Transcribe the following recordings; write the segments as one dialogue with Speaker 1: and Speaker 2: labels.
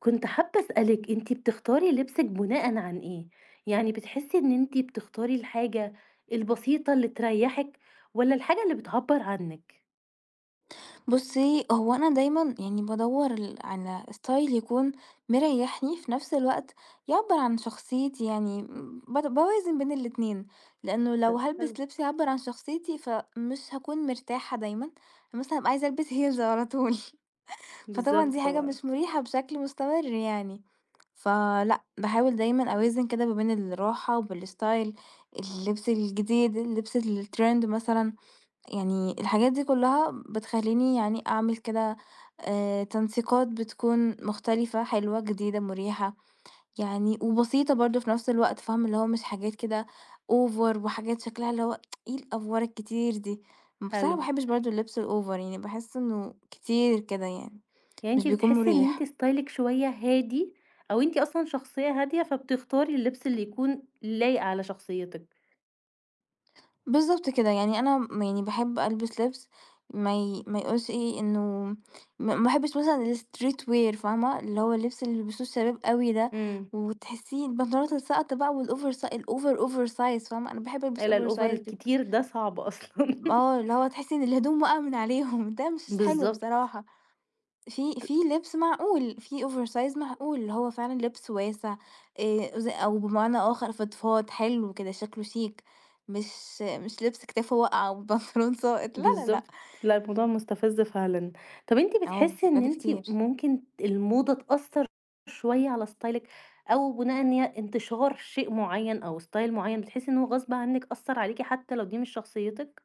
Speaker 1: كنت حابة أسألِك أنتِ بتختاري لبسِك بناءً عن إيه؟ يعني بتحسي إن أنتِ بتختاري الحاجة البسيطة اللي تريحِك والّا الحاجة اللي بتعبّر عنِك؟
Speaker 2: بُصّي، هو أنا دايمًا يعني بادوّر على style يكون مريّحني، في نفس الوقت يعبّر عن شخصيتي يعني م باد باوازن بين الاتنين، لإنه لو
Speaker 1: طب حلو،
Speaker 2: هالبس لبس يعبّر عن شخصيتي، فمش هاكون مرتاحة دايمًا، مثلًا هابقى عايزة ألبس heels على طول، فطبعًا
Speaker 1: بالضبط
Speaker 2: دي حاجة
Speaker 1: طبعًا،
Speaker 2: مش مُريحة بشكل مستمر يعني، فلأ، باحاول دايمًا أوازن كده ما بين الراحة وبالstyle اللبس الجديد، اللبس الtrend مثلًا. يعني الحاجات دي كلها بتخلّيني يعني أعمل كده تنسيقات بتكون مختلفة، حلوة، جديدة، مريحة، يعني وبسيطة برضه في نفس الوقت، فاهم؟ اللي هو مش حاجات كده over وحاجات شكلها اللي هو إيه الأفوار الكتير دي؟ بصراحة
Speaker 1: حلو،
Speaker 2: ما باحبش برضه اللبس الover يعني باحس إنه كتير كده يعني،
Speaker 1: يعني
Speaker 2: مش
Speaker 1: أنتِ
Speaker 2: بيكون
Speaker 1: بتحسي إن أنتِ
Speaker 2: مُريح.
Speaker 1: ستايلِك شوية هادي أو أنتِ أصلًا شخصية هادية فبتختاري اللبس اللي يكون لايق على شخصيتِك،
Speaker 2: بالضبط كده، يعني أنا يعني باحب ألبس لبس ما يقولش إيه إنه ما باحبش مثلًا الstreet wear فاهمة؟ اللي هو اللبس اللي بيلبسوه الشباب أوي ده،
Speaker 1: إمم،
Speaker 2: وتحسيه البنطلونات الساقطة بقى والover سا الover oversize فاهمة؟ أنا باحب ألبس
Speaker 1: إلا الover
Speaker 2: oversize.
Speaker 1: الكتير ده صعب أصلًا.
Speaker 2: آه، اللي هو تحسي إن الهدوم واقعة من عليهم ده مش حلو
Speaker 1: بالضبط.
Speaker 2: بصراحة. في لبس معقول، في oversize معقول، اللي هو فعلًا لبس واسع ز أو بمعنى آخر فضفاض حلو كده شكله شيك، مش لبس كتافه واقعة وبنطلون ساقط، لا، لا، لأ،
Speaker 1: بالضبط. لأ، الموضوع مستفز فعلًا. طَب أنتِ
Speaker 2: أهو
Speaker 1: بتحسّي إن
Speaker 2: بجد
Speaker 1: أنتِ
Speaker 2: كتير.
Speaker 1: ممكن الموضة تأثّر شوية على ستايلِك أو بناءً إن هي انتشار شيء معيّن أو ستايل معيّن بتحسّي إن هو غصب عنِّك أثّر عليكِ حتى لو دي مش شخصيتِك؟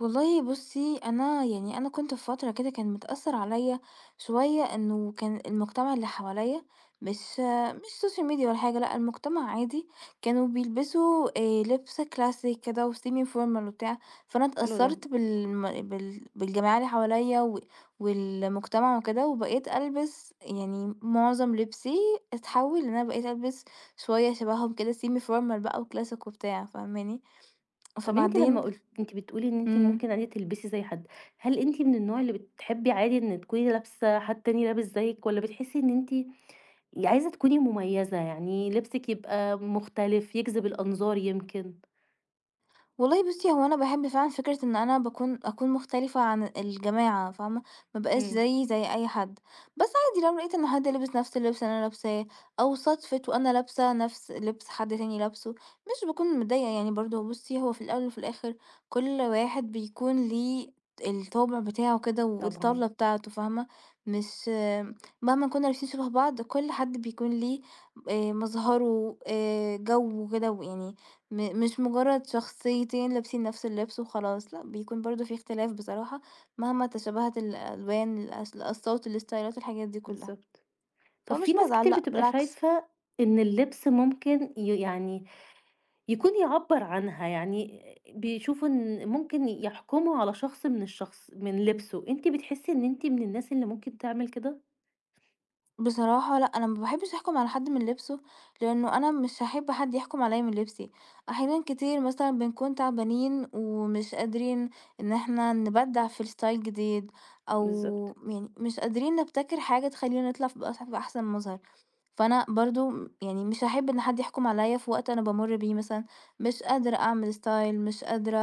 Speaker 2: والله بُصّي، أنا كنت في فترة كده كان متأثّر عليَّ شوية إنه كان المجتمع اللي حواليَّ مش مش social media ولا حاجة، لأ المجتمع عادي، كانوا بيلبسوا لِبْس classic كده وsemi formal وبتاع، فأنا
Speaker 1: حلو ده.
Speaker 2: اتأثّرت بالم بال بالجماعة اللي حواليَّ والمجتمع وكده، وبقيت ألبس يعني معظم لبسي اتحوّل إن أنا بقيت ألبس شوية شبههم كده semi formal بقى وclassic وبتاع، فاهماني؟
Speaker 1: طَب أنتِ لمّا
Speaker 2: فبعدين
Speaker 1: قُلت أنتِ بتقولي إن أنتِ
Speaker 2: إمم.
Speaker 1: ممكن عادي تلبسي زي حد، هل أنتِ من النوع اللي بتحبّي عادي إن تكوني لابسة حد تاني لابس زيِّك والّا بتحسّي إن أنتِ عايزة تكوني مميّزة، يعني لبسِك يبقى مختلف، يجذب الأنظار يمكن؟
Speaker 2: والله بُصّي، هو أنا باحب فعلًا فكرة إن أنا أكون مختلفة عن الجماعة فاهمة، ما ابقاش
Speaker 1: إمم،
Speaker 2: زيي زي أي حد، بس عادي لو لقيت إن حد لبس نفس اللبس اللي أنا لابساه، أو صادفت وأنا لابسة نفس لبس حد تاني لابسه، مش باكون متضايقة يعني برضه بُصّي، هو في الأول وفي الآخر كل واحد بيكون ليه الطابع بتاعه كده
Speaker 1: طبعًا.
Speaker 2: والطاولة بتاعته فاهمة، مش مهما كنا لابسين شبه بعض كل حد بيكون ليه مظهره جوّه كده ويعني مش مجرد شخصيتين لابسين نفس اللبس وخلاص، لأ بيكون برضه في اختلاف بصراحة، مهما تشابهت الألوان، الأصوات، الستايلات، الحاجات دي كلها،
Speaker 1: بالضبط. طب في
Speaker 2: فمش
Speaker 1: ناس
Speaker 2: بازعل
Speaker 1: كتير
Speaker 2: لأ
Speaker 1: بتبقى
Speaker 2: بالعكس.
Speaker 1: شايفة إن اللبس ممكن يعني يكون يعبّر عنها، يعني بيشوفوا إن ممكن يحكموا على شخص من الشخص من لبسه، أنتِ بتحسي إن أنتِ من الناس اللي ممكن تعمل كده؟
Speaker 2: بصراحة لأ، أنا ما باحبش أحكم على حد من لبسه، لأنه أنا مش هاحب حد يحكم عليَّ من لبسي، أحيانا كتير مثلًا بنكون تعبانين ومش قادرين إن احنا نبدع في style جديد، أو
Speaker 1: بالضبط،
Speaker 2: يعني مش قادرين نبتكر حاجة تخلينا نطلع ف بأح بأحسن مظهر، فأنا برضه يعني مش هاحب إن حد يحكم عليَّ في وقت أنا بامُر بيه مثلًا مش قادرة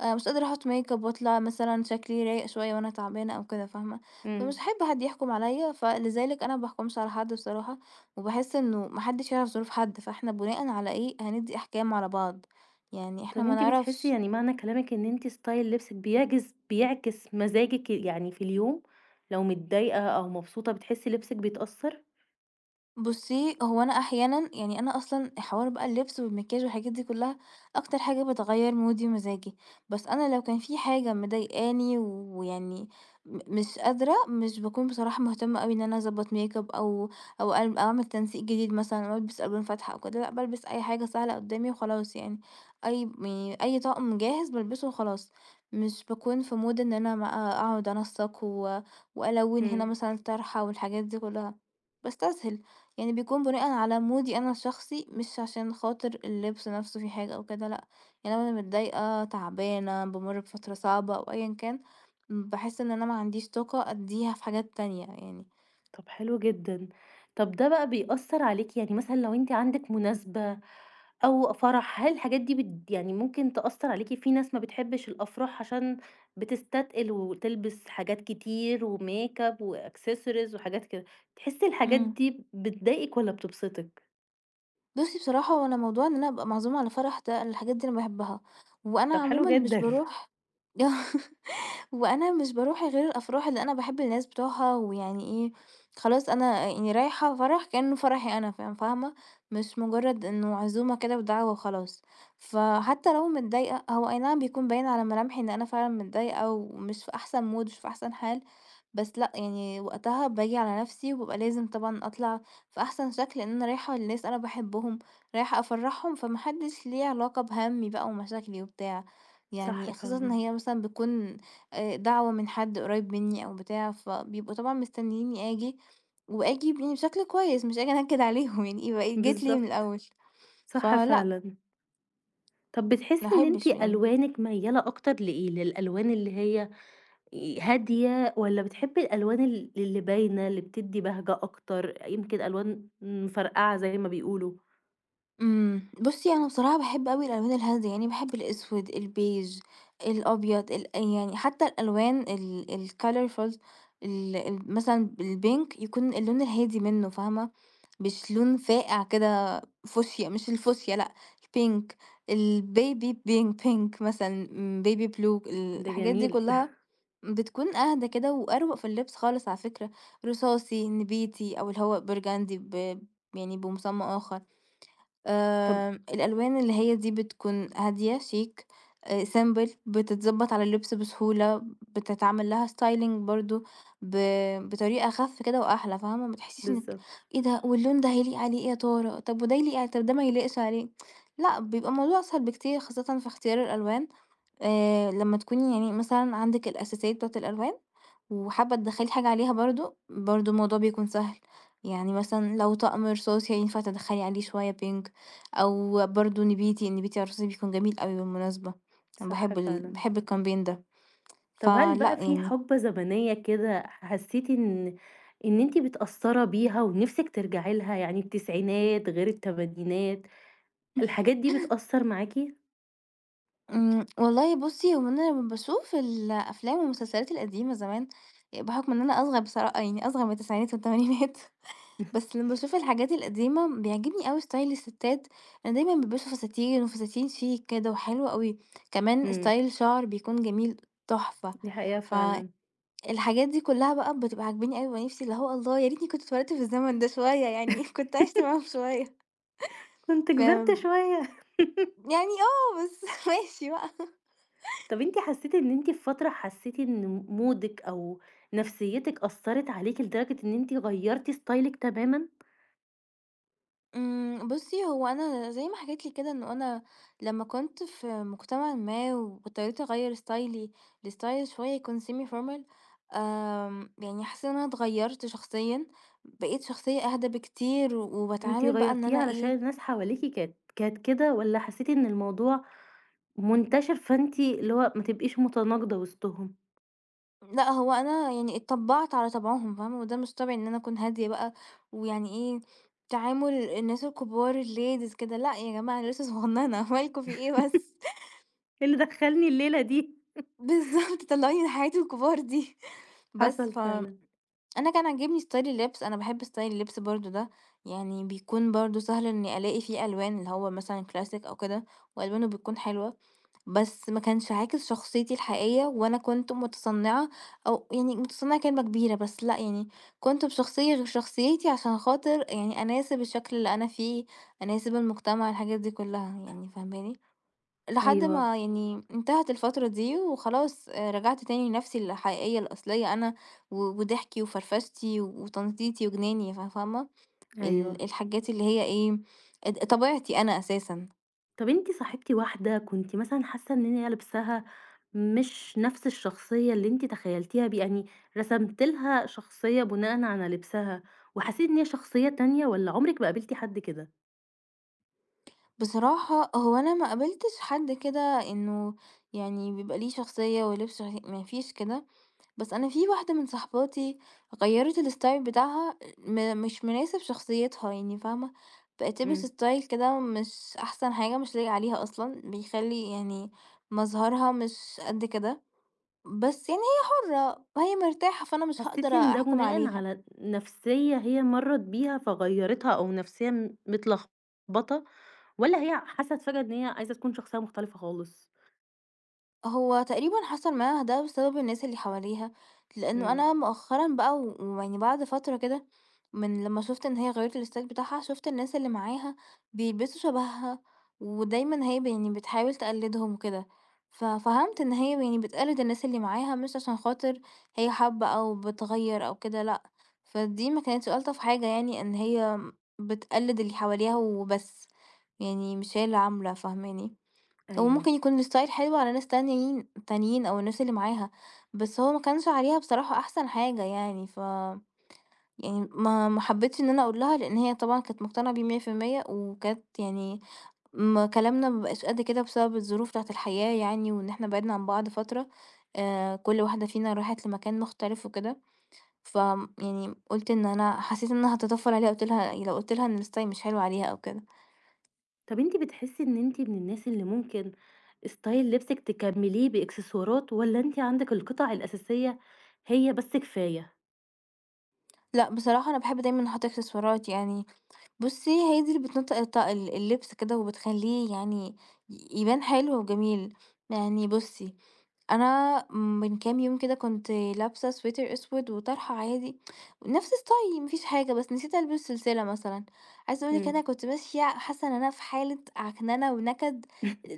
Speaker 2: مش قادرة أحط makeup وأطلع مثلًا شكلي رايق شوية وأنا تعبانة أو كده، فاهمة؟ فمش
Speaker 1: إمم.
Speaker 2: هاحب حد يحكم عليَّ، فلذلك أنا ما باحكمش على حد بصراحة، وباحس إنه ما حدش يعرف ظروف حد، فإحنا بناءً على إيه هندّي أحكام على بعض؟ يعني إحنا
Speaker 1: طب
Speaker 2: ما
Speaker 1: أنتِ بتحسي
Speaker 2: نعرفش.
Speaker 1: يعني معنى كلامِك إن أنتِ ستايل لبسِك بيعجز بيعكس مزاجِك يعني في اليوم؟ لو متضايقة أو مبسوطة بتحسي لبسِك بيتأثّر؟
Speaker 2: بُصّي، هو أنا أحيانًا يعني أنا أصلًا حوار بقى اللبس والمكياج والحاجات دي كلّها أكتر حاجة بتغيّر مودي ومزاجي، بس أنا لو كان في حاجة مضايقاني ويعني مش قادرة، مش باكون بصراحة مهتمة أوي إن أنا أضبّط ميك اب أو أو أل أو أعمل تنسيق جديد مثلًا أو ألبس ألوان فاتحة أو كده، لأ بالبس أي حاجة سهلة قدّامي وخلاص يعني، أي م يعني أي طقم جاهز بالبسه وخلاص، مش باكون في مود إن أنا بقى أقعد أنسّق وألوّن هنا
Speaker 1: إمم.
Speaker 2: مثلًا طرحة والحاجات دي كلّها، باستسهل. يعني بيكون بناءً على مودي أنا الشخصي، مش عشان خاطر اللبس نفسه فيه حاجة أو كده لأ، يعني لو أنا متضايقة، تعبانة، بامُر بفترة صعبة أو أيًا كان، باحس إن أنا ما عنديش طاقة أدّيها في حاجات تانية يعني.
Speaker 1: طب حلو جدًا. طب ده بقى بيأثّر عليكِ يعني مثلًا لو أنتِ عندِك مناسبة أو فرح، هل الحاجات دي يعني ممكن تأثّر عليكِ؟ في ناس ما بتحبش الأفراح عشان بتستتقل وتلبس حاجات كتير وmakeup وaccessories وحاجات كده. تحسّي الحاجات
Speaker 2: إمم.
Speaker 1: دي بتضايقِك والّا بتبسطِك؟
Speaker 2: بُصّي بصراحة هو أنا موضوع إن أنا أبقى معزومة على فرح ده، الحاجات دي أنا باحبها، وأنا
Speaker 1: طب حلو
Speaker 2: عمومًا مش
Speaker 1: جدًا.
Speaker 2: باروح وأنا مش باروح غير الأفراح اللي أنا باحب الناس بتوعها، ويعني إيه، خلاص أنا يعني رايحة فرح كأنه فرحي أنا، فاهمة؟ مش مجرد إنه عزومة كده ودعوة وخلاص، فحتى لو متضايقة هو أي نعم بيكون باين على ملامحي إن أنا فعلًا متضايقة ومش في أحسن مود مش في أحسن حال، بس لأ يعني وقتها باجي على نفسي وبابقى لازم طبعًا أطلع في أحسن شكل، لأن أنا رايحة لناس أنا باحبهم، رايحة أفرحهم، فما حدش ليه علاقة بهمي بقى ومشاكلي وبتاع،
Speaker 1: صح
Speaker 2: يعني خاصةً إن
Speaker 1: فعلًا،
Speaker 2: هي مثلًا بتكون دعوة من حد قريب منّي أو بتاع، فبيبقوا طبعًا مستنيينّي آجي، وآجي يعني بشكل كويس، مش آجي أنكد عليهم يعني يبقى جيت ليه من
Speaker 1: بالضبط،
Speaker 2: الأول،
Speaker 1: صح
Speaker 2: فلأ
Speaker 1: فعلًا. طب
Speaker 2: ما
Speaker 1: بتحسّي إن أنتِ
Speaker 2: أحبش يعني.
Speaker 1: ألوانِك ميّالة أكتر لإيه؟ للألوان اللي هي هادية والّا بتحبي الألوان اللي باينة، اللي بتدّي بهجة أكتر، يمكن ألوان مفرقعة زي ما بيقولوا،
Speaker 2: بُصّي أنا بصراحة باحب أوي الألوان الهادية، يعني باحب الأسود، البيج، الأبيض، يعني حتى الألوان الcolorful ال ال مثلًا الpink يكون اللون الهادي منه فاهمة، مش لون فاقع كده فوشيا مش الفوشيا لأ، الpink الbaby pink مثلًا، baby blue
Speaker 1: ده
Speaker 2: الحاجات دي
Speaker 1: جميل
Speaker 2: كلها بتكون أهدى كده وأروق في اللبس خالص على فكرة، رصاصي، نبيتي أو اللي هو برجندي يعني بمسمى آخر.
Speaker 1: طب
Speaker 2: الألوان اللي هي دي بتكون هادية شيك، simple بتتضبط على اللبس بسهولة، بتتعمل لها styling برضه ب بطريقة أخف كده وأحلى، فاهمة؟ ما تحسيش إنِك
Speaker 1: بالضبط،
Speaker 2: إيه ده واللون ده هيليق عليه إيه يا ترى؟ طب وده يليق ع طب ده ما يليقش عليه، لأ بيبقى الموضوع أسهل بكتير خاصةً في اختيار الألوان. لمّا تكوني يعني مثلًا عندِك الأساسيات بتاعة الألوان، وحابة تدخّلي حاجة عليها برضه، الموضوع بيكون سهل، يعني مثلًا لو طقم رصاصي ينفع تدخّلي عليه شوية pink أو برضه نبيتي، النبيتي الرصاصي بيكون جميل أوي بالمناسبة، أنا
Speaker 1: صح
Speaker 2: باحب ال
Speaker 1: فعلًا.
Speaker 2: باحب الcampaign ده،
Speaker 1: طب هل بقى
Speaker 2: فلأ
Speaker 1: في
Speaker 2: يعني
Speaker 1: حقبة زمنية كده حسّيتِ إن أنتِ متأثّرة بيها ونِفْسِك ترجعي لها، يعني التسعينات غير التمانينات، الحاجات دي بتأثّر معاكِ؟
Speaker 2: والله بُصّي، هو أنا لمّا باشوف الأفلام والمسلسلات القديمة زمان، بحكم إن أنا أصغر يعني أصغر من التسعينات والتمانينات بس لمّا باشوف الحاجات القديمة بيعجبني أوي ستايل الستات، أنا دايمًا بيلبسوا فساتين وفساتين شيك كده وحلو أوي، كمان
Speaker 1: إمم،
Speaker 2: ستايل الشعر بيكون جميل تحفة،
Speaker 1: دي حقيقة فعلًا
Speaker 2: فالحاجات دي كلها بقى بتبقى عاجباني أوي، بابقى نفسي اللي هو الله يا ريتني كنت اتولدت في الزمن ده شوية يعني كنت عِشت معاهم شوية،
Speaker 1: كنت
Speaker 2: ف
Speaker 1: كبرت شوية.
Speaker 2: يعني آه، بس ماشي بقى.
Speaker 1: طب أنتِ حسّيتِ إن أنتِ في فترة حسّيتِ إن مودِك أو نفسيتِك أثّرت عليكِ لدرجة إن أنتِ غيّرتِ ستايلِك تمامًا؟
Speaker 2: بُصّي هو أنا زي ما حكيت لِك كده إنه أنا لمّا كنت في مجتمع ما واضطريت أغيّر ستايلي لستايل شوية يكون semi formal يعني حسيت إن أنا اتغيّرت شخصيًا، بقيت شخصية أهدى بكتير
Speaker 1: أنتِ
Speaker 2: وباتعامل بقى إن
Speaker 1: غيّرتيه
Speaker 2: أنا
Speaker 1: علشان
Speaker 2: إيه،
Speaker 1: الناس حواليكِ كانت كده والّا حسّيتِ إن الموضوع منتشر فأنتِ اللي هو ما تبقيش متناقضة وسطهم؟
Speaker 2: لأ هو أنا يعني اتطبّعت على طبعهم فاهمة، وده مش طبيعي إن أنا أكون هادية بقى ويعني إيه، تعامل الناس الكبار الladies كده، لأ يا جماعة أنا لسه صغنّنة مالكم في إيه بس؟
Speaker 1: إيه اللي دخّلني الليلة دي؟
Speaker 2: بالضبط طلّعوني لحياة الكبار دي بس
Speaker 1: حصل فعلًا.
Speaker 2: أنا كان عاجبني ستايل اللبس، أنا باحب ستايل اللبس برضه ده، يعني بيكون برضه سهل إني ألاقي فيه ألوان اللي هو مثلًا كلاسيك أو كده، وألوانه بتكون حلوة، بس ما كانش عاكس شخصيتي الحقيقية، وأنا كنت متصنعة أو يعني متصنعة كلمة كبيرة، بس لأ يعني كنت بشخصية غير شخصيتي عشان خاطر يعني أناسب الشكل اللي أنا فيه، أناسب المجتمع، الحاجات دي كلها يعني فاهماني؟ لحد
Speaker 1: أيوه،
Speaker 2: ما يعني انتهت الفترة دي وخلاص آه، رجعت تاني لنفسي الحقيقية الأصلية أنا و- وضحكي وفرفشتي وتنطيطي وجناني فاهمة
Speaker 1: أيوه.
Speaker 2: الحاجات اللي هي ايه طبيعتي أنا أساسا.
Speaker 1: طب أنتِ صاحبتِ واحدة كنتِ مثلًا حاسة إن هي لبسها مش نفس الشخصية اللي أنتِ تخيلتيها بيه، يعني رسمتِ لها شخصية بناءً على لبسها، وحسيتِ إن هي شخصية تانية والّا عمرِك ما قابلتِ حد كده؟
Speaker 2: بصراحة هو أنا ما قابلتش حد كده إنه يعني بيبقى ليه شخصية ولبس ما فيش كده، بس أنا في واحدة من صاحباتي غيّرِت الstyle بتاعها مش مناسب شخصيتها يعني فاهمة، بقت تلبس
Speaker 1: إمم.
Speaker 2: style كده مش أحسن حاجة، مش لايق عليها أصلًا، بيخلّي يعني مظهرها مش قد كده، بس يعني هي حرة، هي مرتاحة فأنا مش
Speaker 1: حسيتِ
Speaker 2: هاقدر
Speaker 1: إن ده
Speaker 2: أحكم
Speaker 1: بناءً
Speaker 2: عليها.
Speaker 1: على نفسية هي مرّت بيها فغيّرتها أو نفسية متلخبطة، والّا هي حست فجأة إن هي عايزة تكون شخصية مختلفة خالص؟
Speaker 2: هو تقريبًا حصل معاها ده بسبب الناس اللي حواليها، لإنه
Speaker 1: إمم.
Speaker 2: أنا مؤخرًا بقى ويعني بعد فترة كده من لمّا شُفت إن هي غيّرت الstyle بتاعها، شُفت الناس اللي معاها بيلبسوا شبهها، ودايمًا هي يعني بتحاول تقلدهم وكده، ففهمت إن هي يعني بتقلد الناس اللي معاها مش عشان خاطر هي حابة أو بتغيّر أو كده لأ، فدي ما كانتش ألطف حاجة يعني إن هي بتقلد اللي حواليها وبس، يعني مش هي اللي عاملة، فاهماني؟ هو
Speaker 1: أيوه.
Speaker 2: ممكن يكون الستايل حلو على ناس تانيين أو الناس اللي معاها، بس هو ما كانش عليها بصراحة أحسن حاجة يعني، يعني ما حبيتش إن أنا أقول لها، لإن هي طبعًا كانت مقتنعة بيه 100% وكانت يعني ما كلامنا ما بقاش قد كده بسبب الظروف بتاعة الحياة يعني، وإن إحنا بعدنا عن بعض فترة، كل واحدة فينا راحت لمكان مختلف وكده، ف يعني قُلت إن أنا حسيت إن أنا هاتطفل عليها، قُلت لها لو قُلت لها إن الستايل مش حلو عليها أو كده.
Speaker 1: طب أنتِ بتحسّي إن أنتِ من الناس اللي ممكن style لبسِك تكمّليه بإكسسوارات والّا أنتِ عندِك القطع الأساسية هي بس كفاية؟
Speaker 2: لأ، بصراحة أنا باحب دايمًا أحط إكسسوارات يعني، بُصّي، هي دي اللي بتنطّق الط- ال اللبس كده وبتخلّيه يعني يبان حلو وجميل. يعني بُصّي، أنا من كام يوم كده كنت لابسة سويتر أسود وطرحة عادي، نفس style ما فيش حاجة، بس نسيت ألبس سلسلة مثلًا. عايزة أقول لِك أنا
Speaker 1: إمم،
Speaker 2: كنت ماشية حاسة إن أنا في حالة عكننة ونكد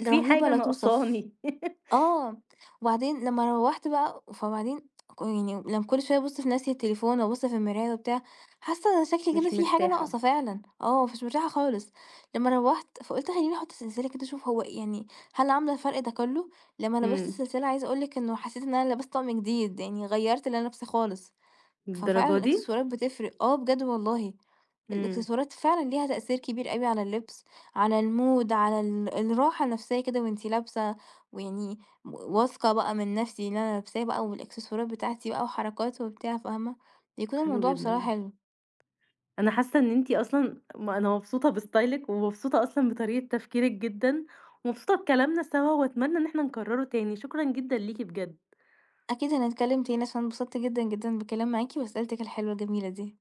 Speaker 1: في
Speaker 2: رهيبة
Speaker 1: حاجة
Speaker 2: لا توصف.
Speaker 1: ناقصاني
Speaker 2: آه، وبعدين لمّا روّحت بقى فبعدين يعني لمّا كل شوية أبُص في ناسية التليفون وأبُص في المراية وبتاع، حاسة أنا شكلي كده
Speaker 1: مش
Speaker 2: في حاجة
Speaker 1: مرتاحة،
Speaker 2: ناقصة فعلًا، آه، مش مرتاحة خالص. لمّا روّحت فقُلت خلّيني أحُط سلسلة كده أشوف هو يعني هل عاملة الفرق ده كلّه؟ لمّا لبست
Speaker 1: إمم،
Speaker 2: السلسلة عايزة أقول لِك إنه حسيت إن أنا لبست طقم جديد، يعني غيّرت اللي أنا لابساه خالص.
Speaker 1: للدرجة
Speaker 2: ففعلًا
Speaker 1: دي؟
Speaker 2: الإكسسوارات بتفرق، آه بجد والله،
Speaker 1: إمم،
Speaker 2: الإكسسوارات فعلًا ليها تأثير كبير أوي على اللبس، على المود، على الراحة النفسية كده وأنتِ لابسة، ويعني واثقة بقى من نفسي اللي أنا لابساه بقى والإكسسوارات بتاعتي بقى وحركات وبتاع فاهمة، بيكون
Speaker 1: حلو
Speaker 2: الموضوع
Speaker 1: جدًا،
Speaker 2: بصراحة حلو،
Speaker 1: أنا حاسة إن أنتِ أصلًا م أنا مبسوطة بستايلِك ومبسوطة أصلًا بطريقة تفكيرِك جدًا، ومبسوطة بكلامنا سوا وأتمنى إن إحنا نكرره تاني، شكرًا جدًا ليكِ بجد.
Speaker 2: أكيد هنتكلم تاني عشان انبسطت جدًا، جدًا بالكلام معاكِ وأسئلتِك الحلوة الجميلة دي.